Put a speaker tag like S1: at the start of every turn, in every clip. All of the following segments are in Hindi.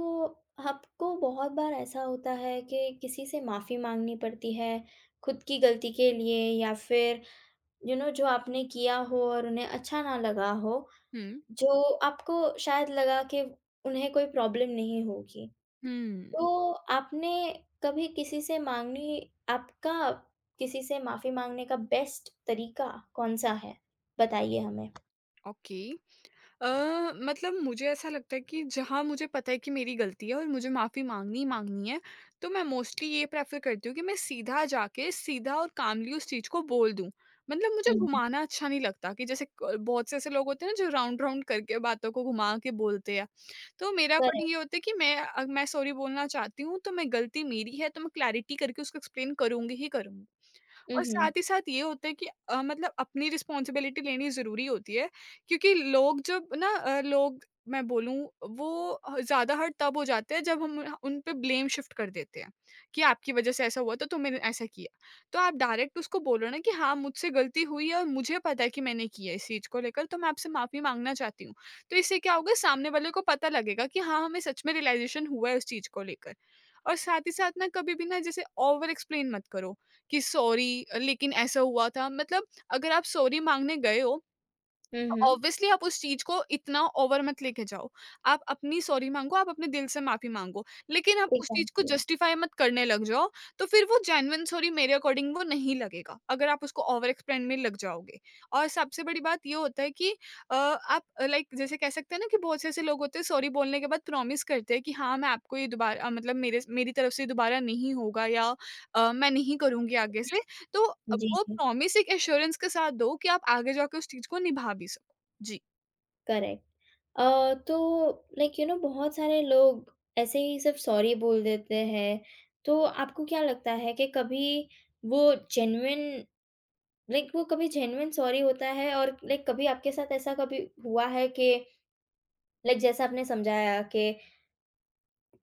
S1: तो आपको बहुत बार ऐसा होता है कि किसी से माफ़ी माँगनी पड़ती है, खुद की गलती के लिए या फिर यू नो जो आपने किया हो और उन्हें अच्छा ना लगा हो,
S2: हुँ।
S1: जो आपको शायद लगा कि उन्हें कोई प्रॉब्लम नहीं होगी।
S2: हुँ,
S1: तो आपने कभी किसी से माँगनी आपका किसी से माफ़ी माँगने का बेस्ट तरीका कौन-सा है? बताइए हमें।
S2: ओके। अ, मतलब मुझे ऐसा लगता है कि जहाँ मुझे पता है कि मेरी गलती है और मुझे माफ़ी माँगनी ही माँगनी है, तो मैं मोस्टली ये प्रेफ़र करती हूँ कि मैं सीधा जाके सीधा और कामली उस चीज़ को बोल दूँ। मतलब मुझे
S1: हुँ, हुँ।
S2: घुमाना अच्छा नहीं लगता कि जैसे क बहुत से ऐसे लोग होते हैं ना जो राउंड-राउंड करके बातों को घुमा के बोलते हैं। तो मेरा अकॉर्डिंग
S1: करेक्ट।
S2: ये होता है कि मैं सॉरी बोलना चाहती हूँ, तो मैं गलती मेरी है तो मैं क्लैरिटी करके उसको एक्सप्लेन करूँगी ही करूँगी।
S1: हुँ,
S2: और साथ
S1: हुँ।
S2: ही साथ ये होता है कि मतलब अपनी रिस्पॉन्सिबिलिटी लेनी ज़रूरी होती है, क्योंकि लोग जब ना लोग मैं बोलूँ वो ज़्यादा हर्ट तब हो जाते हैं जब हम उन पे ब्लेम शिफ्ट कर देते हैं कि आपकी वजह से ऐसा हुआ, तो तुमने ऐसा किया। तो आप डायरेक्ट उसको बोलो ना कि हाँ, मुझसे गलती हुई है और मुझे पता है कि मैंने की है इस चीज़ को लेकर, तो मैं आपसे माफ़ी माँगना चाहती हूँ। तो इससे क्या होगा, सामने वाले को पता लगेगा कि हाँ, हमें सच में रियलाइज़ेशन हुआ है उस चीज़ को लेकर। और साथ ही साथ ना कभी भी ना जैसे ओवर एक्सप्लेन मत करो कि सॉरी लेकिन ऐसा हुआ था, मतलब अगर आप सॉरी माँगने गए हो
S1: हुँ,
S2: तो
S1: हुँ।
S2: ऑब्वियसली आप उस चीज़ को इतना ओवर मत लेके जाओ। आप अपनी सॉरी माँगो, आप अपने दिल से माफ़ी माँगो, लेकिन आप उस चीज़ को
S1: एग्ज़ैक्टली।
S2: जस्टिफ़ाई मत करने लग जाओ, तो फिर वो जेन्युइन सॉरी मेरे अकॉर्डिंग वो नहीं लगेगा, अगर आप उसको ओवर एक्सप्लेन में लग जाओगे। और सबसे बड़ी बात ये होता है कि आप लाइक जैसे कह सकते हैं ना कि बहुत से ऐसे लोग होते हैं सॉरी बोलने के बाद प्रॉमिस करते हैं कि हाँ, मैं आपको ये दोबारा मतलब मेरे स मेरी तरफ से दोबारा नहीं होगा, या मैं नहीं करूँगी आगे से। तो
S1: जी,
S2: वो
S1: जी।
S2: प्रॉमिस एक एश्योरेंस के साथ दो कि आप आगे जाके उस चीज़ को निभा भी सको। जी।
S1: करेक्ट। तो लाइक यू नो बहुत सारे लोग ऐसे ही सिर्फ सॉरी बोल देते हैं। तो आपको क्या लगता है कि कभी वो जेन्युइन लाइक वो कभी जेन्युइन सॉरी होता है और लाइक कभी आपके साथ ऐसा कभी हुआ है कि लाइक जैसा आपने समझाया कि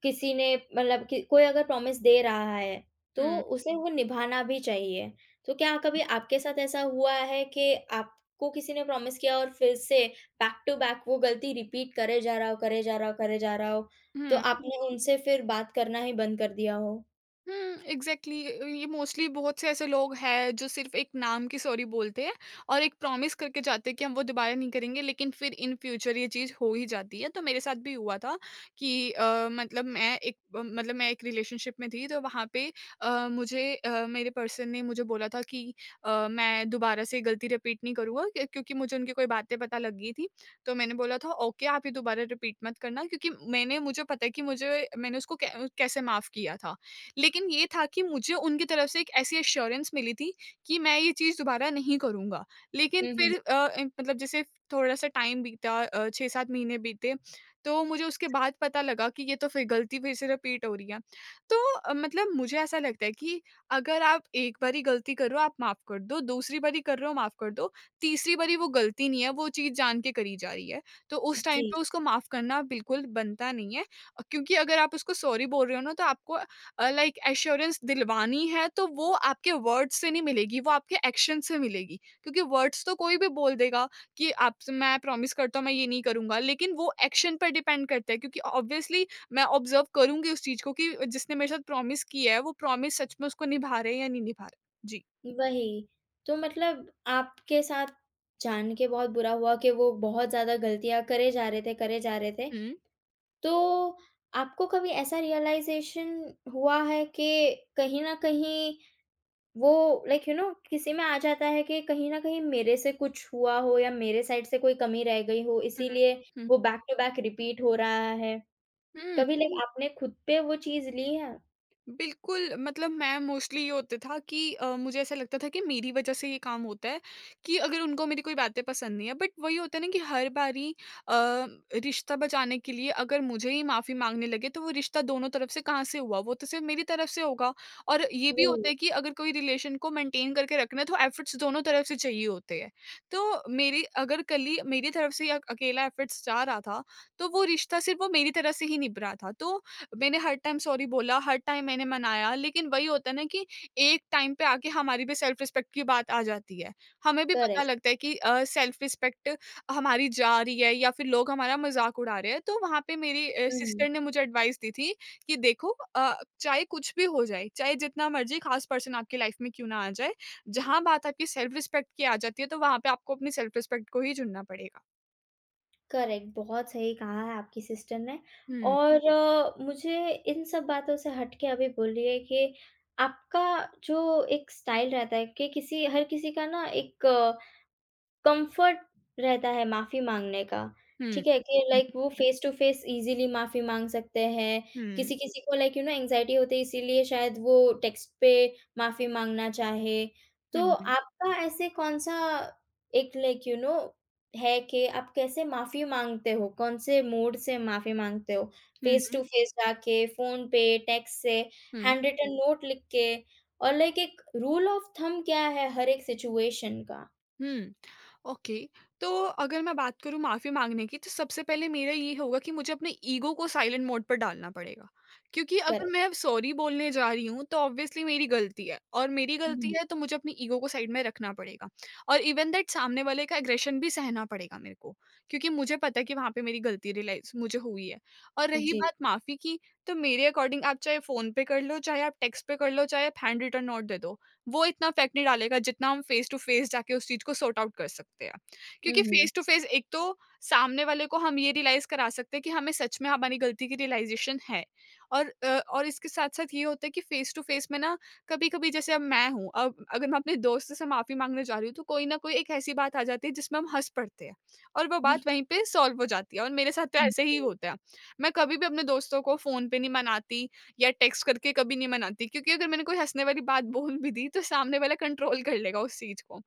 S1: किसी ने मतलब कि कोई अगर प्रॉमिस दे रहा है, तो
S2: हुँ,
S1: उसे हुँ। वो निभाना भी चाहिए। तो क्या कभी आपके साथ ऐसा हुआ है कि आपको किसी ने प्रॉमिस किया और फिर से बैक टू बैक वो गलती रिपीट करे जा रहा हो, करे जा रहा हो, करे जा रहा हो, तो
S2: हुँ।
S1: हुँ। आपने उनसे फिर बात करना ही बंद कर दिया हो?
S2: हुँ, एग्ज़ैक्टली ये मोस्टली बहुत से ऐसे लोग हैं जो सिर्फ़ एक नाम की सॉरी बोलते हैं और एक प्रॉमिस करके जाते हैं कि हम वो दोबारा नहीं करेंगे, लेकिन फिर इन फ्यूचर ये चीज़ हो ही जाती है। तो मेरे साथ भी हुआ था कि मतलब मैं एक रिलेशनशिप में थी, तो वहाँ पे मेरे पर्सन ने मुझे बोला था कि मैं दोबारा से गलती रिपीट नहीं करूँगा, क्योंकि मुझे उनकी कोई बातें पता लग गई थी। तो मैंने बोला था ओके, आप ये दोबारा रिपीट मत करना, क्योंकि मैंने मुझे पता है कि मुझे मैंने उसको कै कैसे माफ़ किया था। लेकिन ये था कि मुझे उनकी तरफ से एक ऐसी एश्योरेंस मिली थी कि मैं ये चीज़ दोबारा नहीं करूँगा। लेकिन
S1: हुँ, हुँ।
S2: फिर अ, ए मतलब जैसे थोड़ा-सा टाइम बीता, 6-7 महीने बीते, तो मुझे उसके बाद पता लगा कि ये तो फिर गलती फिर से रिपीट हो रही है। तो मतलब मुझे ऐसा लगता है कि अगर आप एक बारी गलती कर रहे हो, आप माफ़ कर दो, दूसरी बारी कर रहे हो, माफ़ कर दो, तीसरी बारी वो गलती नहीं है, वो चीज़ जान के करी जा रही है। तो उस टाइम
S1: जी,
S2: पे उसको माफ़ करना बिल्कुल बनता नहीं है, क्योंकि अगर आप उसको सॉरी बोल रहे हो ना, तो आपको लाइक एश्योरेंस दिलवानी है तो वो आपके वर्ड्स से नहीं मिलेगी, वो आपके एक्शन से मिलेगी। क्योंकि वर्ड्स तो कोई भी बोल देगा कि आपसे मैं प्रॉमिस करता हूँ मैं ये नहीं करूँगा, लेकिन वो एक्शन पर डिपेंड करता है, क्योंकि ऑब्वियसली मैं ऑब्जर्व करूँगी उस चीज़ को कि जिसने मेरे साथ प्रॉमिस किया है, वो प्रॉमिस सच में उसको निभा रहे हैं या नहीं निभा रहे। जी।
S1: वही। तो मतलब आपके साथ जान के बहुत बुरा हुआ कि वो बहुत ज़्यादा गलतियाँ करे जा रहे थे, करे जा रहे थे।
S2: हुँ।
S1: तो आपको कभी ऐसा रियलाइज़ेशन हुआ है कि कहीं न कहीं वो लाइक यू नो किसी में आ जाता है कि कहीं न कहीं मेरे से कुछ हुआ हो या मेरे साइड से कोई कमी रह गई हो
S2: हुँ,
S1: इसीलिए
S2: हुँ।
S1: वो बैक टू बैक रिपीट हो रहा है।
S2: हुँ।
S1: कभी लाइक आपने खुद पे वो चीज़ ली है?
S2: बिल्कुल, मतलब मैं मोस्टली ये होता था कि मुझे ऐसा लगता था कि मेरी वज़ह से ये काम होता है, कि अगर उनको मेरी कोई बातें पसंद नहीं है, बट वही होता है ना कि हर बारी अ, रिश्ता बचाने के लिए अगर मुझे ही माफ़ी माँगने लगे तो वो रिश्ता दोनों तरफ से कहाँ से हुआ? वो तो सिर्फ़ मेरी तरफ से होगा, और ये भी होता
S1: वही,
S2: है कि अगर कोई रिलेशन को मेंटेन करके रखना है तो एफ़र्ट्स दोनों तरफ से चाहिए होते हैं। तो मेरी अगर कली मेरी तरफ से ही अकेला एफ़र्ट्स जा रहा था, तो वो रिश्ता सिर्फ़ वो मेरी तरफ से ही निभ रहा था। तो मैंने हर टाइम सॉरी बोला, हर टाइम मैंने मनाया, लेकिन वही होता है ना कि एक टाइम पे आके हमारी भी सेल्फ रिस्पेक्ट की बात आ जाती है। हमें भी पता
S1: करेक्ट।
S2: लगता है कि सेल्फ रिस्पेक्ट हमारी जा रही है, या फिर लोग हमारा मज़ाक उड़ा रहे हैं। तो वहाँ पे मेरी
S1: हुँ।
S2: सिस्टर ने मुझे एडवाइस दी थी कि देखो, अ, चाहे कुछ भी हो जाए, चाहे जितना मर्ज़ी ख़ास पर्सन आपकी लाइफ़ में क्यों ना आ जाए, जहाँ बात आपकी सेल्फ रिस्पेक्ट की आ जाती है, तो वहाँ पे आपको अपनी सेल्फ रिस्पेक्ट को ही चुनना पड़ेगा।
S1: करेक्ट, बहुत सही कहा है आपकी सिस्टर ने। हुँ,
S2: हुँ,
S1: और जी। मुझे इन सब बातों से हट के अभी बोलिए कि आपका जो एक स्टाइल रहता है कि किसी हर किसी का ना एक कंफर्ट रहता है माफ़ी माँगने का,
S2: हुँ।
S1: ठीक है? कि
S2: हुँ,
S1: लाइक वो फेस टू फेस ईज़िली माफ़ी माँग सकते हैं।
S2: हुँ,
S1: किसी-किसी को लाइक यू नो एंग्ज़ायटी होती है इसीलिए शायद वो टेक्स्ट पे माफ़ी माँगना चाहे। तो
S2: हुँ,
S1: आपका ऐसे कौन-सा एक लाइक यू नो है कि आप कैसे माफ़ी माँगते हो? कौन-से मोड से माफ़ी माँगते हो? फेस
S2: हुँ,
S1: टू फेस जाके, फ़ोन पे, टेक्स्ट से,
S2: हुँ,
S1: हैंड रिटन नोट लिख के, और लाइक एक रूल ऑफ थंब क्या है हर एक सिचुएशन का?
S2: हुँ। ओके, तो अगर मैं बात करूँ माफ़ी माँगने की, तो सबसे पहले मेरा ये होगा कि मुझे अपने ईगो को साइलेंट मोड पर डालना पड़ेगा। क्योंकि अगर
S1: करेक्ट।
S2: मैं अब सॉरी बोलने जा रही हूँ तो ऑब्वियसली मेरी गलती है, और मेरी गलती है तो मुझे अपनी ईगो को साइड में रखना पड़ेगा। और इवन दैट सामने वाले का एग्रेशन भी सहना पड़ेगा मेरे को, क्योंकि मुझे पता है कि वहाँ पे मेरी गलती रियलाइज़ मुझे हुई है। और रही
S1: जी,
S2: बात माफ़ी की, तो मेरे अकॉर्डिंग आप चाहे फ़ोन पे कर लो, चाहे आप टेक्स्ट पे कर लो, चाहे आप हैंड रिटन नोट दे दो। वो इतना इफेक्ट नहीं डालेगा जितना हम फेस टू फेस जाके उस चीज़ को सॉर्ट आउट कर सकते हैं। क्योंकि
S1: उहुँ।
S2: फेस टू फेस एक तो सामने वाले को हम ये रियलाइज़ करा सकते हैं कि हमें सच में हमारी गलती की रियलाइज़ेशन है, और इसके साथ-साथ ये होता है कि फेस टू फेस में ना कभी-कभी जैसे अब मैं हूँ, अब अगर मैं अपने दोस्त से माफ़ी माँगने जा रही हूँ, तो कोई न कोई एक ऐसी बात आ जाती है जिसमें हम हँस पड़ते हैं और वो बात वहीं पे सॉल्व हो जाती है, और मेरे साथ तो
S1: हुँ।
S2: ऐसे ही होता है। मैं कभी भी अपने दोस्तों को फ़ोन पे नहीं मनाती, या टेक्स्ट करके कभी नहीं मनाती, क्योंकि अगर मैंने कोई हँसने वाली बात बोल भी दी तो सामने वाला कंट्रोल कर लेगा उस चीज़ को।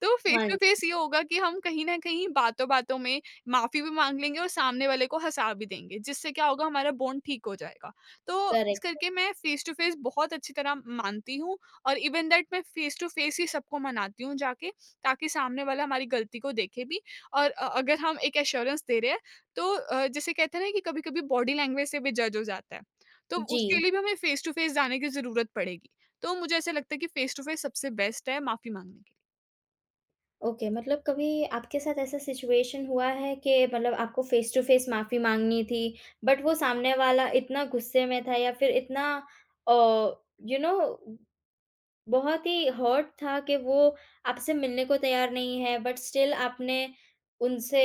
S2: तो फेस
S1: हाँ
S2: टू
S1: जी,
S2: फेस ये होगा कि हम कहीं न कहीं बातों-बातों में माफ़ी भी माँग लेंगे और सामने वाले को हँसा भी देंगे, जिससे क्या होगा, हमारा बॉन्ड ठीक हो जाएगा। तो इस
S1: करेक्ट।
S2: करके मैं फेस टू फेस बहुत अच्छी तरह मानती हूँ, और इवन दैट मैं फेस टू फेस ही सबको मनाती हूँ जाके, ताकि सामने वाला हमारी गलती को देखे भी, और अगर हम एक एश्योरेंस दे रहे हैं, तो जैसे कहते हैं ना कि कभी-कभी बॉडी लैंग्वेज से भी जज हो जाता है। तो
S1: जी,
S2: उसके लिए भी हमें फेस टू फेस जाने की ज़रूरत पड़ेगी। तो मुझे ऐसा लगता है कि फेस टू फेस सबसे बेस्ट है माफ़ी माँगने के।
S1: ओके। मतलब कभी आपके साथ ऐसा सिचुएशन हुआ है कि मतलब आपको फ़ेस टू फ़ेस माफ़ी माँगनी थी, बट वो सामने वाला इतना गुस्से में था या फिर इतना अ, यू नो बहुत ही हर्ट था कि वो आपसे मिलने को तैयार नहीं है, बट स्टिल आपने उनसे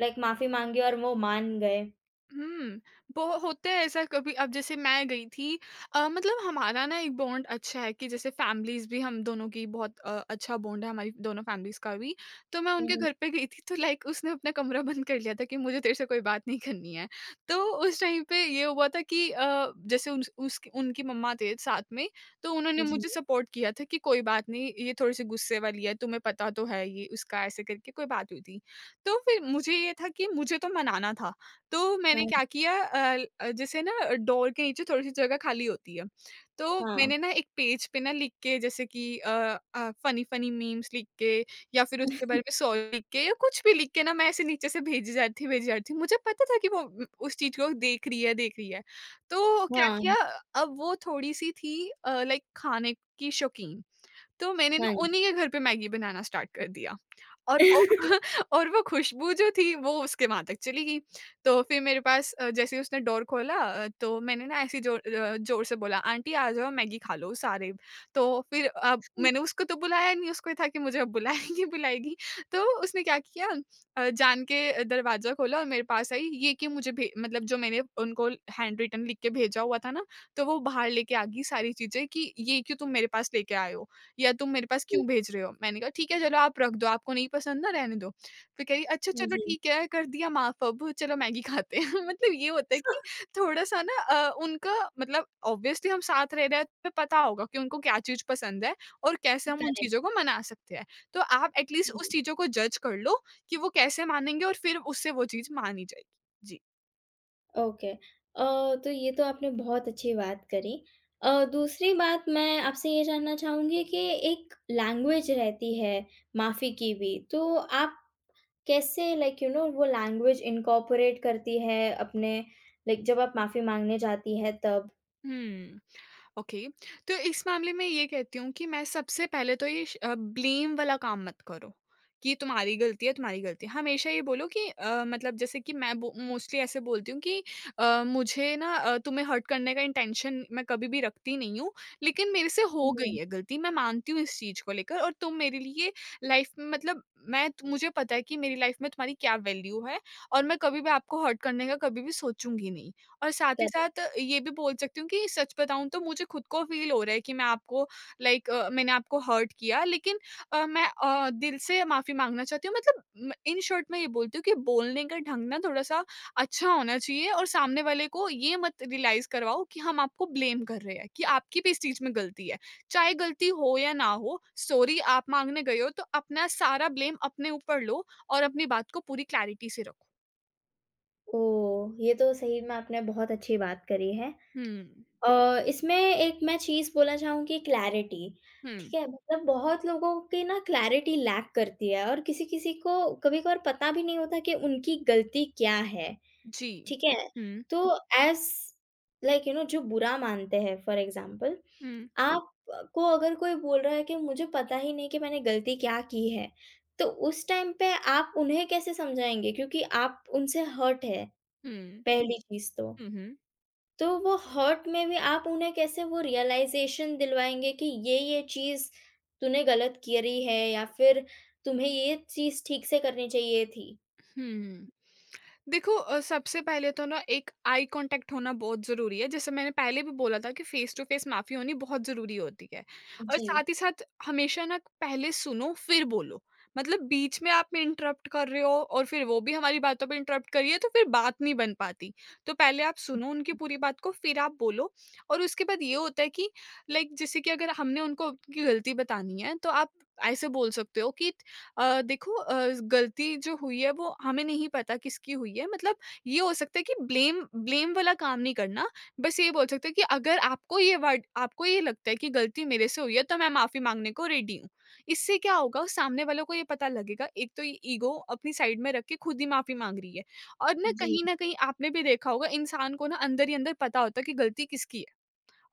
S1: लाइक माफ़ी माँगी और वो मान गए?
S2: हुँ, बहु होता है ऐसा कभी, अब जैसे मैं गई थी, मतलब हमारा ना एक बॉन्ड अच्छा है कि जैसे फैमिलीज़ भी हम दोनों की, बहुत अच्छा बॉन्ड है हमारी दोनों फैमिलीज़ का भी। तो मैं
S1: हुँ,
S2: उनके
S1: हुँ।
S2: घर पे गई थी, तो लाइक उसने अपना कमरा बंद कर लिया था कि मुझे तेरे से कोई बात नहीं करनी है। तो उस टाइम पे ये हुआ था कि जैसे उन उसकी उनकी मम्मा थे साथ में, तो उन्होंने
S1: जी,
S2: मुझे सपोर्ट किया था कि कोई बात नहीं, ये थोड़ी-सी गुस्से वाली है, तुम्हें पता तो है ये उसका ऐसे करके कोई बात हुई थी। तो फिर मुझे ये था कि मुझे तो मनाना था। तो
S1: हाँ,
S2: मैंने क्या किया, जैसे ना डोर के नीचे थोड़ी-सी जगह खाली होती है, तो
S1: हाँ,
S2: मैंने ना एक पेज पे ना लिख के, जैसे कि फनी-फनी मीम्स लिख के या फिर उसके बारे में सॉरी लिख के, या कुछ भी लिख के ना मैं ऐसे नीचे से भेजी जा रही थी, भेजी जा रही थी। मुझे पता था कि वो उस चीज़ को देख रही है, देख रही है। तो क्या
S1: हाँ,
S2: किया, अब वो थोड़ी-सी थी लाइक खाने की शौकीन, तो मैंने
S1: हाँ
S2: ना
S1: जी।
S2: उन्हीं के घर पे मैगी बनाना स्टार्ट कर दिया। और वो और वो खुशबू जो थी वो उसके वहाँ तक चली गई। तो फिर मेरे पास जैसे ही उसने डोर खोला, तो मैंने ना ऐसे जोर से बोला, "आंटी आ जाओ मैगी खा लो सारे।" तो फिर अब मैंने उसको तो बुलाया नहीं, उसको ये था कि मुझे अब बुलाएगी बुलाएगी। तो उसने क्या किया जान के दरवाज़ा खोला और मेरे पास आई, ये कि मुझे भे मतलब जो मैंने उनको हैंड रिटन लिख के भेजा हुआ था ना, तो वो बाहर लेके आ गई सारी चीज़ें कि, "ये क्यों तुम मेरे पास लेके आए हो? या तुम मेरे पास क्यों भेज रहे हो?" मैंने कहा ठीक है चलो आप रख दो, आपको नहीं पसंद ना रहने दो। फिर कह रही अच्छा चलो ठीक है कर दिया माफ अब चलो मैगी खाते हैं। मतलब ये होता है कि थोड़ा-सा ना उनका मतलब ऑब्वियसली हम साथ रह रहे हैं तो पता होगा कि उनको क्या चीज़ पसंद है और कैसे हम उन
S1: जी।
S2: चीज़ों को मना सकते हैं। तो आप एटलीस्ट
S1: हुँ,
S2: उस चीज़ों को जज कर लो कि वो कैसे मानेंगे और फिर उससे वो चीज़ मानी जाएगी। जी।
S1: ओके। तो ये तो आपने बहुत अच्छी बात करी। दूसरी बात मैं आपसे ये जानना चाहूँगी कि एक लैंग्वेज रहती है माफ़ी की भी, तो आप कैसे लाइक यू नो वो लैंग्वेज इनकॉर्पोरेट करती है अपने, लाइक जब आप माफ़ी माँगने जाती है तब?
S2: हुँ। ओके, तो इस मामले में ये कहती हूँ कि मैं सबसे पहले तो ये ब्लेम वाला काम मत करो, कि तुम्हारी गलती है, तुम्हारी गलती है। हमेशा ये बोलो कि मतलब जैसे कि मैं बो मोस्टली ऐसे बोलती हूँ कि मुझे ना तुम्हें हर्ट करने का इंटेंशन मैं कभी भी रखती नहीं हूँ, लेकिन मेरे से हो गई
S1: हुँ।
S2: है गलती, मैं मानती हूँ इस चीज़ को लेकर और तुम मेरे लिए लाइफ में मतलब मैं त मुझे पता है कि मेरी लाइफ में तुम्हारी क्या वैल्यू है और मैं कभी भी आपको हर्ट करने का कभी भी सोचूँगी नहीं। और साथ ही
S1: करेक्ट,
S2: साथ ये भी बोल सकती हूँ कि सच बताऊँ तो मुझे खुद को फ़ील हो रहा है कि मैं आपको लाइक मैंने आपको हर्ट किया लेकिन मैं दिल से माफ़ी माँगना चाहती हूँ मतलब इन शॉर्ट मैं ये बोलती हूँ कि बोलने का ढंग ना थोड़ा-सा अच्छा होना चाहिए और सामने वाले को ये मत रियलाइज़ करवाओ कि हम आपको ब्लेम कर रहे हैं, कि आपकी भी इस चीज़ में गलती है। चाहे गलती हो या ना हो, सॉरी आप माँगने गए हो तो अपना सारा ब्लेम अपने ऊपर लो और अपनी बात को पूरी क्लैरिटी से रखो।
S1: ओह! ये तो सही में आपने बहुत अच्छी बात करी है।
S2: हुँ,
S1: इसमें एक मैं चीज़ बोलना चाहूँगी, क्लैरिटी, ठीक
S2: हुँ।
S1: है? मतलब बहुत लोगों की ना क्लैरिटी लैक करती है और किसी-किसी को कभी-कभार पता भी नहीं होता कि उनकी गलती क्या है,
S2: जी।
S1: ठीक है?
S2: हुँ।
S1: तो एज़ लाइक यू नो जो बुरा मानते हैं फॉर एग्ज़ाम्पल,
S2: हुँ,
S1: आप को अगर कोई बोल रहा है कि मुझे पता ही नहीं कि मैंने गलती क्या की है, तो उस टाइम पे आप उन्हें कैसे समझाएँगे? क्योंकि आप उनसे हर्ट है,
S2: हुँ।
S1: पहली चीज़ तो।
S2: हुँ, हुँ।
S1: तो वो हर्ट में भी आप उन्हें कैसे वो रियलाइज़ेशन दिलवाएँगे कि ये चीज़ तूने गलत करी है या फिर तुम्हें ये चीज़ ठीक से करनी चाहिए थी?
S2: हुँ। देखो सबसे पहले तो ना एक आई कॉन्टैक्ट होना बहुत ज़रूरी है। जैसे मैंने पहले भी बोला था कि फ़ेस टू फ़ेस माफ़ी होनी बहुत ज़रूरी होती है। और
S1: जी।
S2: साथ ही साथ हमेशा ना पहले सुनो फिर बोलो। मतलब बीच में आप इंटरप्ट कर रहे हो और फिर वो भी हमारी बातों पे इंटरप्ट कर रही है तो फिर बात नहीं बन पाती। तो पहले आप सुनो उनकी पूरी बात को फिर आप बोलो और उसके बाद ये होता है कि लाइक जैसे कि अगर हमने उनको उनकी गलती बतानी है तो आप ऐसे बोल सकते हो कि देखो गलती जो हुई है वो हमें नहीं पता किसकी हुई है। मतलब ये हो सकता है कि ब्लेम ब्लेम वाला काम नहीं करना। बस ये बोल सकते हैं कि अगर आपको ये लगता है कि गलती मेरे से हुई है तो मैं माफी मांगने को रेडी हूँ। इससे क्या होगा, उस सामने वालों को ये पता लगेगा, एक तो ये ईगो अपनी साइड में रख के खुद ही माफी मांग रही है। और
S1: जी,
S2: ना कहीं आपने भी देखा होगा, इंसान को ना अंदर ही अंदर पता होता है कि गलती किसकी है।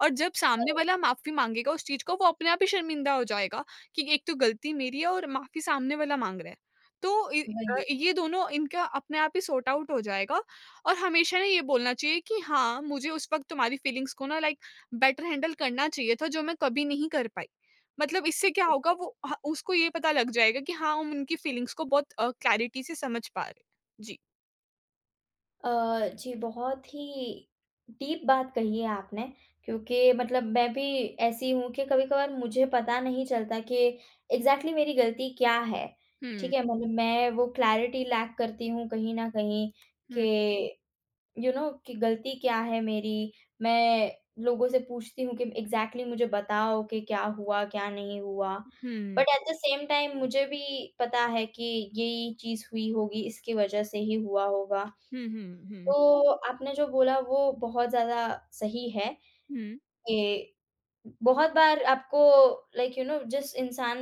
S2: और जब सामने
S1: करेक्ट,
S2: वाला माफ़ी माँगेगा उस चीज़ को, वो अपने आप ही शर्मिंदा हो जाएगा कि एक तो गलती मेरी है और माफ़ी सामने वाला माँग रहा है। तो
S1: वही।
S2: ये दोनों इनका अपने आप ही सॉर्ट आउट हो जाएगा। और हमेशा ना ये बोलना चाहिए कि हाँ, मुझे उस वक़्त तुम्हारी फीलिंग्स को ना लाइक बेटर हैंडल करना चाहिए था, जो मैं कभी नहीं कर पाई। मतलब इससे क्या होगा,
S1: वही।
S2: वो ह उसको ये पता लग जाएगा कि हाँ, हम उनकी फीलिंग्स को बहुत क्लैरिटी से समझ पा रहे हैं। जी।
S1: जी, बहुत ही डीप बात कही है आपने क्योंकि मतलब मैं भी ऐसी हूँ कि कभी-कभार मुझे पता नहीं चलता कि एग्ज़ैक्टली मेरी गलती क्या है,
S2: हुँ,
S1: ठीक है? मतलब मैं वो क्लैरिटी लैक करती हूँ कहीं न कहीं
S2: हुँ,
S1: कि यू नो कि गलती क्या है मेरी? मैं लोगों से पूछती हूँ कि एग्ज़ैक्टली मुझे बताओ कि क्या हुआ, क्या नहीं हुआ? But
S2: hmm,
S1: at the same time मुझे भी पता है कि यही चीज़ हुई होगी, इसकी वज़ह से ही हुआ होगा।
S2: हुँ, हुँ, हुँ,
S1: तो आपने जो बोला वो बहुत ज़्यादा सही है
S2: हुँ,
S1: कि बहुत बार आपको लाइक यू नो जिस इंसान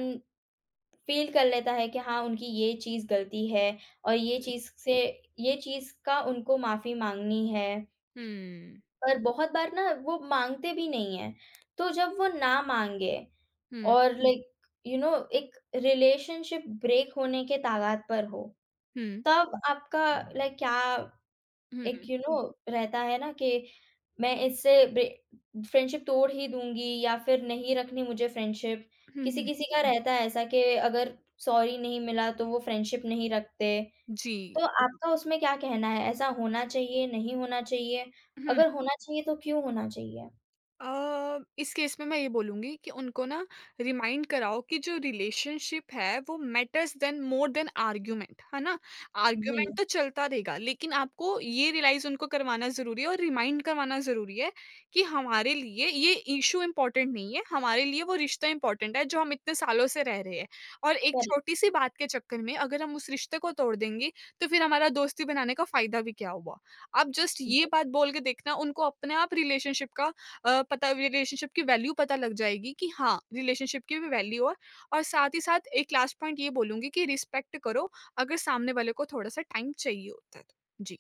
S1: फ़ील कर लेता है कि हाँ, उनकी ये चीज़ गलती है और ये चीज़ का उनको माफ़ी माँगनी है।
S2: हुँ,
S1: पर बहुत बार ना वो माँगते भी नहीं हैं, तो जब वो ना माँगे
S2: हुँ,
S1: और लाइक यू नो एक रिलेशनशिप ब्रेक होने के तागात पर हो, तब आपका लाइक क्या एक
S2: हुँ।
S1: यू नो रहता है ना कि मैं इससे ब्रे फ्रेंडशिप तोड़ ही दूँगी या फिर नहीं रखनी मुझे फ्रेंडशिप।
S2: हुँ, हुँ।
S1: किसी-किसी का रहता है ऐसा कि अगर सॉरी नहीं मिला तो वो फ्रेंडशिप नहीं रखते,
S2: जी।
S1: तो आपका उसमें क्या कहना है? ऐसा होना चाहिए, नहीं होना चाहिए?
S2: हुँ,
S1: अगर होना चाहिए तो क्यों होना चाहिए?
S2: इस केस में मैं ये बोलूँगी कि उनको ना रिमाइंड कराओ कि जो रिलेशनशिप है वो matters then more than argument, है ना?
S1: जी,
S2: आर्ग्यूमेंट तो चलता रहेगा, लेकिन आपको ये रियलाइज़ उनको करवाना ज़रूरी है और रिमाइंड करवाना ज़रूरी है कि हमारे लिए ये इश्यू इम्पोर्टेंट नहीं है, हमारे लिए वो रिश्ता इम्पोर्टेंट है जो हम इतने सालों से रह रहे हैं। और एक
S1: कर
S2: छोटी-सी बात के चक्कर में अगर हम उस रिश्ते को तोड़ देंगे तो फिर हमारा दोस्ती बनाने का फ़ायदा भी क्या हुआ? आप जस्ट ये
S1: लेंगे।
S2: बात बोल के देखना, उनको अपने आप रिलेशनशिप का अ, पता रिलेशनशिप की वैल्यू पता लग जाएगी कि हाँ, रिलेशनशिप की भी वैल्यू है। और साथ ही साथ एक लास्ट पॉइंट ये बोलूँगी कि रिस्पेक्ट करो अगर सामने वाले को थोड़ा-सा टाइम चाहिए होता है तो। जी।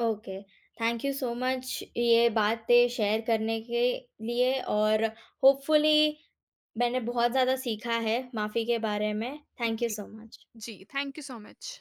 S1: Okay, thank you so much ये बातें शेयर करने के लिए, और होपफुली मैंने बहुत ज़्यादा सीखा है माफ़ी के बारे में। थैंक यू
S2: जी।
S1: So much.
S2: जी, थैंक यू सो मच।